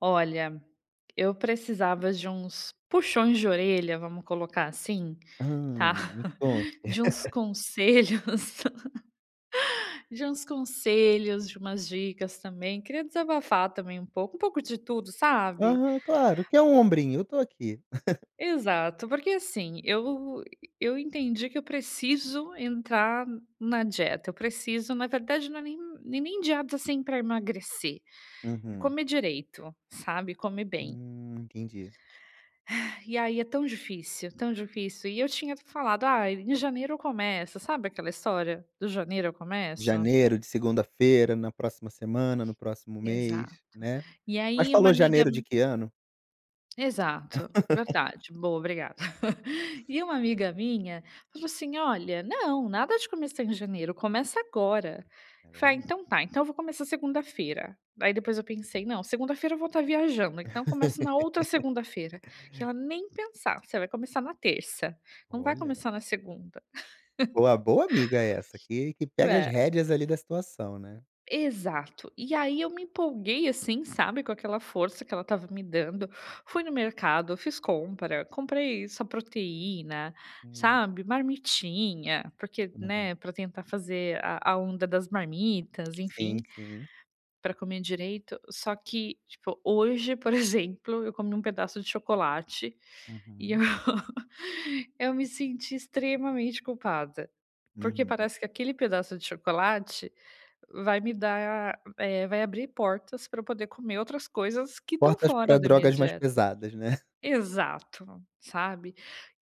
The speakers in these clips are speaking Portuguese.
Olha, eu precisava de uns puxões de orelha, vamos colocar assim, Hã, tá? me conta. De uns conselhos, de uns conselhos, de umas dicas também. Queria desabafar também um pouco de tudo, sabe? Aham, claro, que é um ombrinho, eu tô aqui. Exato, porque assim, eu entendi que eu preciso entrar na dieta. Eu preciso, na verdade, não é nem dieta assim para emagrecer. É Uhum. comer direito, sabe? Comer bem. Entendi. E aí é tão difícil, tão difícil. E eu tinha falado: "Ah, em janeiro eu começo", sabe aquela história do janeiro eu começo? Janeiro, de segunda-feira, na próxima semana, no próximo Exato. mês, né. E Mas aí uma falou amiga janeiro de que ano? exato, verdade, boa, obrigada. E uma amiga minha falou assim: "Olha, não, nada de começar em janeiro, começa agora". É Eu falei: "Ah, verdade. então tá, então eu vou começar segunda-feira". Aí depois eu pensei: "Não, segunda-feira eu vou estar viajando, então começa na outra segunda-feira". E ela: "Nem pensar, você vai começar na terça, não vai Olha, começar na segunda". boa amiga essa, que pega as É, rédeas ali da situação, né. exato. E aí eu me empolguei assim, sabe, com aquela força que ela estava me dando. Fui no mercado, fiz compra, comprei só proteína, Hum, sabe, marmitinha, porque, uhum. né, para tentar fazer a onda das marmitas, enfim, Sim, sim. para comer direito. Só que, tipo, hoje, por exemplo, eu comi um pedaço de chocolate e eu, Uhum, eu me senti extremamente culpada. Porque uhum. parece que aquele pedaço de chocolate Vai me dar, eh, vai abrir portas para eu poder comer outras coisas que estão Portas fora para da minha drogas mais dieta. pesadas, né. Exato, sabe.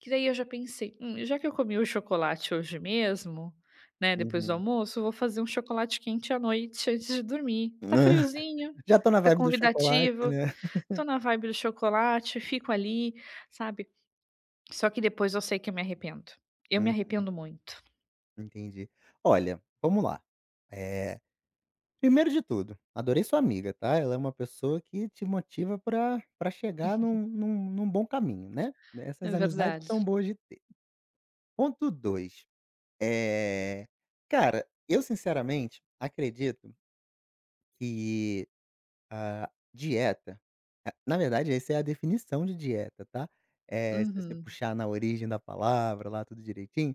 Que daí eu já pensei: já que eu comi o chocolate hoje mesmo, né, depois do Uhum. almoço, eu vou fazer um chocolate quente à noite antes de dormir. Tá Hã. friozinho, Já tô na tá vibe do chocolate, convidativo, né. tô na vibe do chocolate, fico ali", sabe. Só que depois eu sei que eu me arrependo. Eu me Hum, arrependo muito. entendi. Olha, vamos lá. é Primeiro de tudo, adorei sua amiga, tá. Ela é uma pessoa que te motiva pra chegar num bom caminho, né. É Essas amizades verdade. são boas de ter. Ponto 2. eh, cara, eu sinceramente acredito que a dieta, na verdade essa é a definição de dieta, tá. Se você Uhum. puxar na origem da palavra lá tudo direitinho,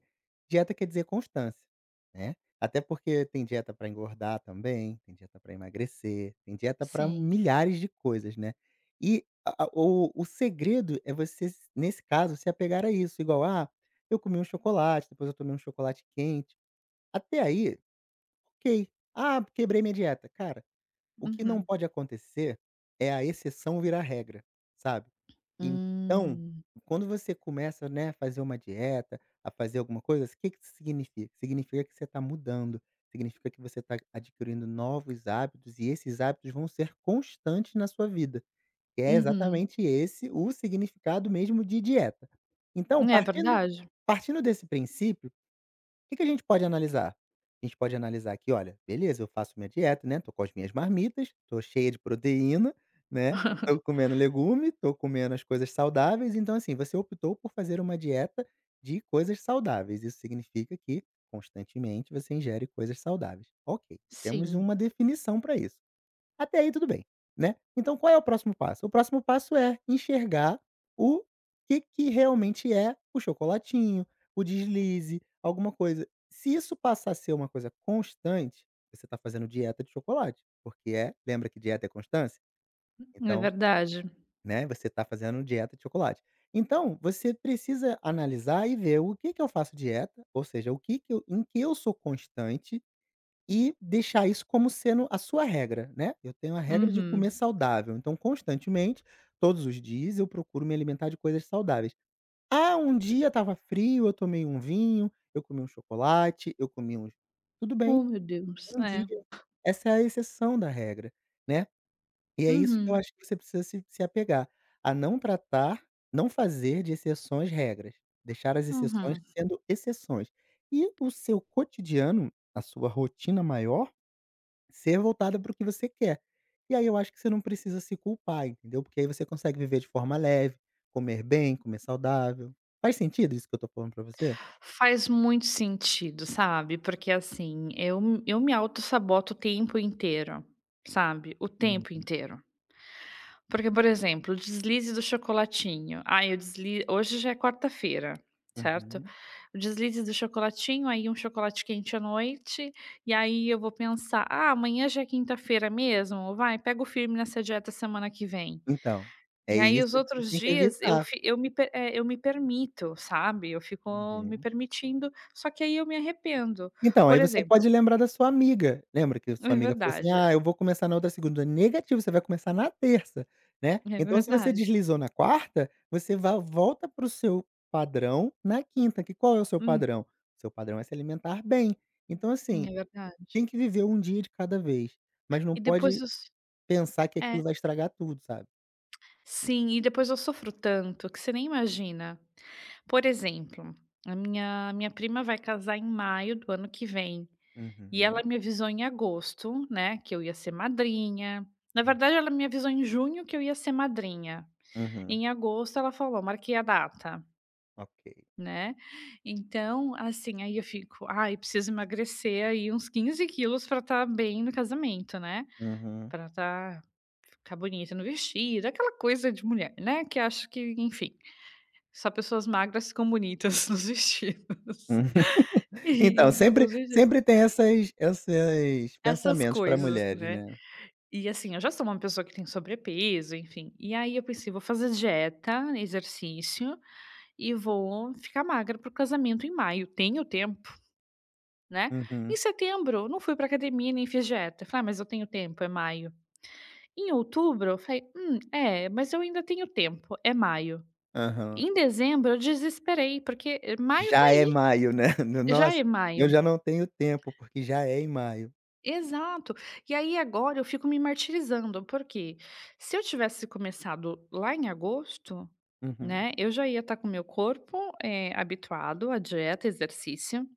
dieta quer dizer constância, né. Até porque tem dieta para engordar também, tem dieta para emagrecer, tem dieta para Sim. milhares de coisas, né. E a o segredo é você s nesse caso se apegar a isso, igual, ah, eu comi um chocolate, depois eu tomei um chocolate quente, até aí, ok. Ah, quebrei minha dieta, cara, o que não Uhum. pode acontecer é a exceção virar regra, sabe. Então, Hum. quando você começa, né, a fazer uma dieta, a fazer alguma coisa, o que que isso significa? Significa que você está mudando, significa que você está adquirindo novos hábitos e esses hábitos vão ser constantes na sua vida, que é Uhum. exatamente esse o significado mesmo de dieta. Então É partindo verdade. partindo desse princípio, que a gente pode analisar? A gente pode analisar aqui, olha, beleza, eu faço minha dieta, né, tô com as minhas marmitas, tô cheia de proteína, né, tô comendo legume, tô comendo as coisas saudáveis, então assim, você optou por fazer uma dieta de coisas saudáveis, isso significa que constantemente você ingere coisas saudáveis. Ok, temos Sim, uma definição para isso. Até aí tudo bem, né. Então qual é o próximo passo? O próximo passo é enxergar o que que realmente é o chocolatinho, o deslize, alguma coisa. Se isso passar a ser uma coisa constante, você está fazendo dieta de chocolate, porque é lembra que dieta é constância? é Então, verdade. né, você está fazendo dieta de chocolate. Então, você precisa analisar e ver o que que eu faço dieta, ou seja, o que que eu em que eu sou constante e deixar isso como sendo a sua regra, né. Eu tenho a regra de comer Uhum. saudável, então constantemente, todos os dias eu procuro me alimentar de coisas saudáveis. Ah, um dia estava frio, eu tomei um vinho, eu comi um chocolate, eu comi uns, tudo bem, Oh, meu Deus. um dia. É. Essa é a exceção da regra, né. E é isso que eu Uhum, acho que você precisa se apegar, a não tratar, não fazer de exceções regras, deixar as exceções uhum. sendo exceções. E o seu cotidiano, a sua rotina maior ser voltada para o que você quer. E aí eu acho que você não precisa se culpar, entendeu? Porque aí você consegue viver de forma leve, comer bem, comer saudável. Faz sentido isso que eu tô falando pra você? Faz muito sentido, sabe, porque, assim, eu me auto saboto o tempo inteiro, sabe, o tempo Uhum. inteiro. Porque, por exemplo, o deslize do chocolatinho. Ai, o desli hoje já é quarta-feira, certo? Uhum. O deslize do chocolatinho, aí um chocolate quente à noite, e aí eu vou pensar: "Ah, amanhã já é quinta-feira mesmo? Vai, pega o firme nessa dieta semana que vem". Então, é E aí isso os que você outros tem que dias evitar. Eu me permito, sabe, eu fico me Uhum. permitindo, só que aí eu me arrependo. Então, aí Por você exemplo pode lembrar da sua amiga. Lembra que a é sua amiga falou assim: verdade, "Ah, eu vou começar na outra segunda". Negativo, você vai começar na terça, né. é Então se você verdade. deslizou na quarta, você va volta para o seu padrão na quinta, que qual é o seu Hum, padrão? Seu padrão é se alimentar bem. Então assim, é verdade. tem que viver um dia de cada vez, mas não E depois pode os pensar que é. aquilo vai estragar tudo, sabe. Sim, e depois eu sofro tanto que você nem imagina. Por exemplo, a minha prima vai casar em maio do ano que vem, e ela Uhum. me avisou em agosto, né, que eu ia ser madrinha. Na verdade, ela me avisou em junho que eu ia ser madrinha. Uhum. Em agosto ela falou: "Marquei a data", Ok. né. Então, assim, aí eu fico: "Ai, preciso emagrecer aí uns 15 quilos para estar bem no casamento, né, Uhum. Uhum. para estar ficar bonita no vestido", aquela coisa de mulher, né, que acho que enfim. Só pessoas magras ficam bonitas nos vestidos. Então, E em sempre alguns vestidos. sempre tem essas Essas pensamentos para coisas, mulheres, né. né. E assim, eu já sou uma pessoa que tem sobrepeso, enfim. E aí eu pensei: "Vou fazer dieta, exercício e vou ficar magra para o casamento em maio. Tenho tempo, né". Em Uhum. setembro, eu não fui para academia nem fiz dieta. Falei: "Ah, mas eu tenho tempo, é maio". Em outubro, eu falei: é, mas eu ainda tenho tempo, é maio". Aham. Em dezembro, eu desesperei, porque maio tá Já é aí, maio, né. No já é nossa, eu maio. já não tenho tempo, porque já é em maio. Exato. E aí agora eu fico me martirizando, porque se eu tivesse começado lá em agosto, Uhum, né, eu já ia estar com o meu corpo, habituado à dieta, exercício,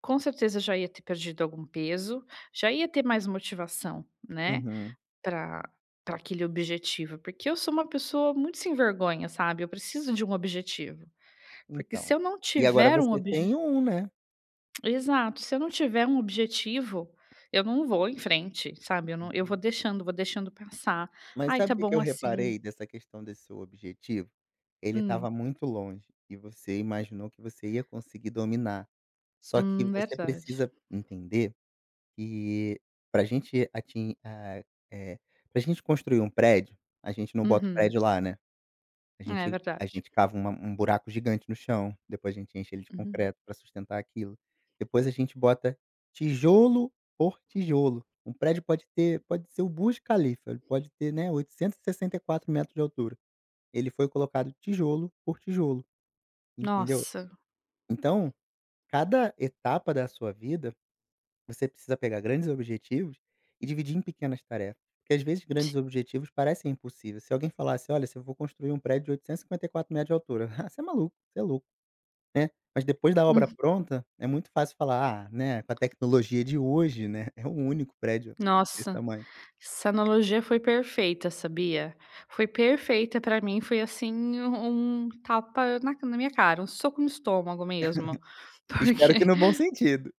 com certeza já ia ter perdido algum peso, já ia ter mais motivação, né, uhum. para para aquele objetivo, porque eu sou uma pessoa muito sem vergonha, sabe, eu preciso de um objetivo, porque Então, se eu não e agora tiver um você tem obje um, né. Exato, se eu não tiver um objetivo, eu não vou em frente, sabe, eu não eu Uhum. Vou deixando passar. Mas "Ai, sabe tá o que que bom eu assim". reparei dessa questão desse seu objetivo? Ele Hum, estava muito longe e você imaginou que você ia conseguir dominar. Só que você verdade. precisa entender que para gente atin ah, eh, pra gente construir um prédio, a gente não bota o Uhum. prédio lá, né. A É gente a verdade. gente cava uma um buraco gigante no chão, depois a gente enche ele de Uhum. concreto para sustentar aquilo. Depois a gente bota tijolo por tijolo. Um prédio pode ser o Burj Khalifa, ele pode ter, né, oitocentos e sessenta e quatro metros de altura. Ele foi colocado tijolo por tijolo, entendeu? Nossa, Então, cada etapa da sua vida você precisa pegar grandes objetivos e dividir em pequenas tarefas, porque às vezes ti grandes objetivos parecem impossíveis. Se alguém falasse: "Olha, se eu vou construir um prédio de oitocentos e cinquenta e quatro metros de altura", "Ah, você é maluco, você é louco", né. Mas depois da obra hum, pronta, é muito fácil falar: "Ah, né, com a tecnologia de hoje, né, é o único prédio desse nossa, tamanho". essa analogia foi perfeita, sabia? Foi perfeita pra mim, foi assim um tapa na minha cara, um soco no estômago mesmo, porque Espero que no bom sentido.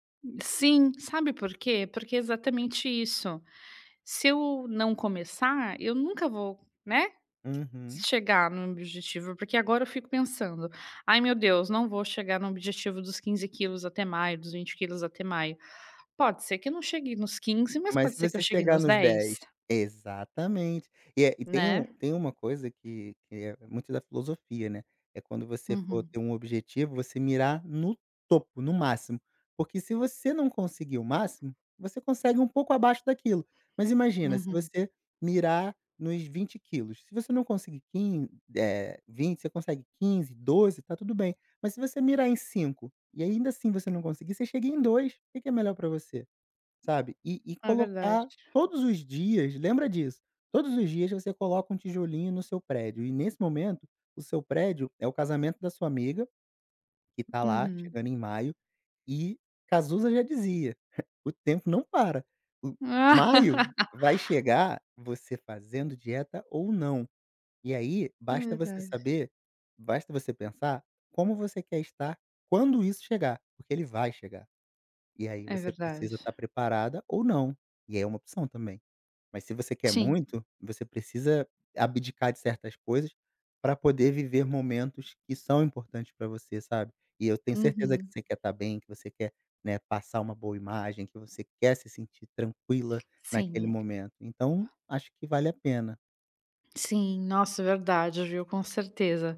sim, sabe por quê? Porque é exatamente isso. Se eu não começar, eu nunca vou, né, Uhum. chegar no objetivo, porque agora eu fico pensando: "Ai, meu Deus, não vou chegar no objetivo dos 15 quilos até maio, dos 20 quilos até maio". Pode ser que eu não chegue nos 15, mas Mas pode se ser que eu você chegue chegar nos nos 10, 10, exatamente. E é e né. tem uma coisa que é muito da filosofia, né, é quando você for Uhum, ter um objetivo, você mirar no topo, no máximo. Porque se você não conseguir o máximo, você consegue um pouco abaixo daquilo. Mas imagina, se uhum. você mirar nos 20 quilos. Se você não conseguir 15, 20, você consegue 15, 12, tá tudo bem. Mas se você mirar em 5 e ainda assim você não conseguir, você chega em 2. O que que é melhor para você? Sabe, e É verdade. colocar todos os dias, lembra disso, todos os dias você coloca um tijolinho no seu prédio e nesse momento, o seu prédio é o casamento da sua amiga, que tá lá Uhum. chegando em maio, e Cazuza já dizia: "O tempo não para". O maio vai chegar, você fazendo dieta ou não. E aí, É basta você verdade, saber, basta você pensar como você quer estar quando isso chegar, porque ele vai chegar. E aí é você verdade. precisa estar preparada ou não, e aí é uma opção também. Mas se você quer Sim. muito, você precisa abdicar de certas coisas para poder viver momentos que são importantes para você, sabe. E eu tenho certeza que Uhum. você quer estar bem, que você quer, né, passar uma boa imagem, que você quer se sentir tranquila naquele Sim. momento. Então, acho que vale a pena. Sim, nossa, verdade, viu, com certeza.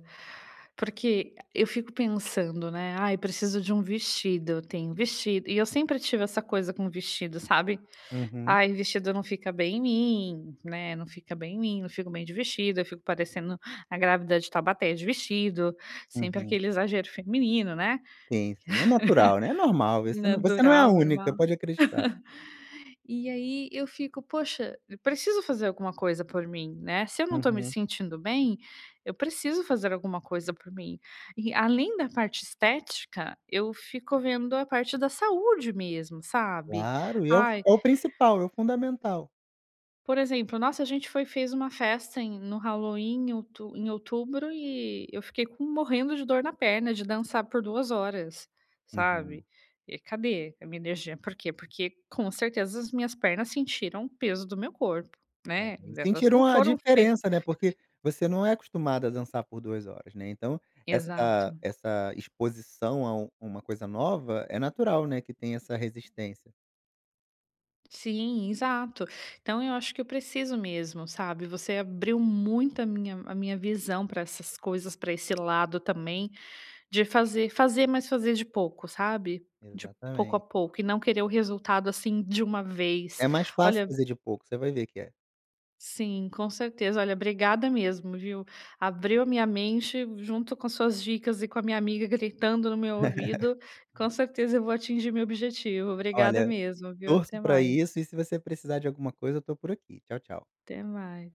Porque eu fico pensando, né, "Ai, preciso de um vestido", tem vestido e eu sempre tive essa coisa com vestido, sabe. Uhum, "Ai, vestido não fica bem em mim", né, "não fica bem em mim, não fico bem de vestido, eu fico parecendo a grávida de Taubaté de vestido", sempre uhum. aquele exagero feminino, né, Sim, sim, é natural, né, é normal, você não é a natural, única, normal. pode acreditar. E aí eu fico: "Poxa, eu preciso fazer alguma coisa por mim, né, se eu não tô me Uhum. sentindo bem, eu preciso fazer alguma coisa por mim". E além da parte estética, eu fico vendo a parte da saúde mesmo, sabe. Claro, e Ai, é o principal, é o fundamental. por exemplo, nossa, a gente foi fez uma festa no Halloween em outu em outubro e eu fiquei com morrendo de dor na perna de dançar por 2 horas, Uhum. sabe. E cadê a minha energia? Por quê? Porque com certeza as minhas pernas sentiram o peso do meu corpo, É, né, e elas não sentiram a foram feitas. diferença, né, porque você não é acostumado a dançar por 2 horas, né, então Exato. essa exposição a uma coisa nova é natural, né, que tem essa resistência. Sim, exato. Então eu acho que eu preciso mesmo, sabe, você abriu muito a minha visão para essas coisas, para esse lado também. De fazer, mas fazer de pouco, sabe? De pouco a Exatamente. pouco e não querer o resultado, assim, de uma vez. É mais fácil Olha, fazer de pouco, você vai ver que é. sim, com certeza. Olha, obrigada mesmo, viu. Abriu a minha mente junto com as suas dicas e com a minha amiga gritando no meu ouvido, com certeza eu vou atingir meu objetivo. Obrigada Olha, mesmo, viu. torço Até pra isso mais. e se você precisar de alguma coisa eu tô por aqui. Tchau, tchau. Até mais.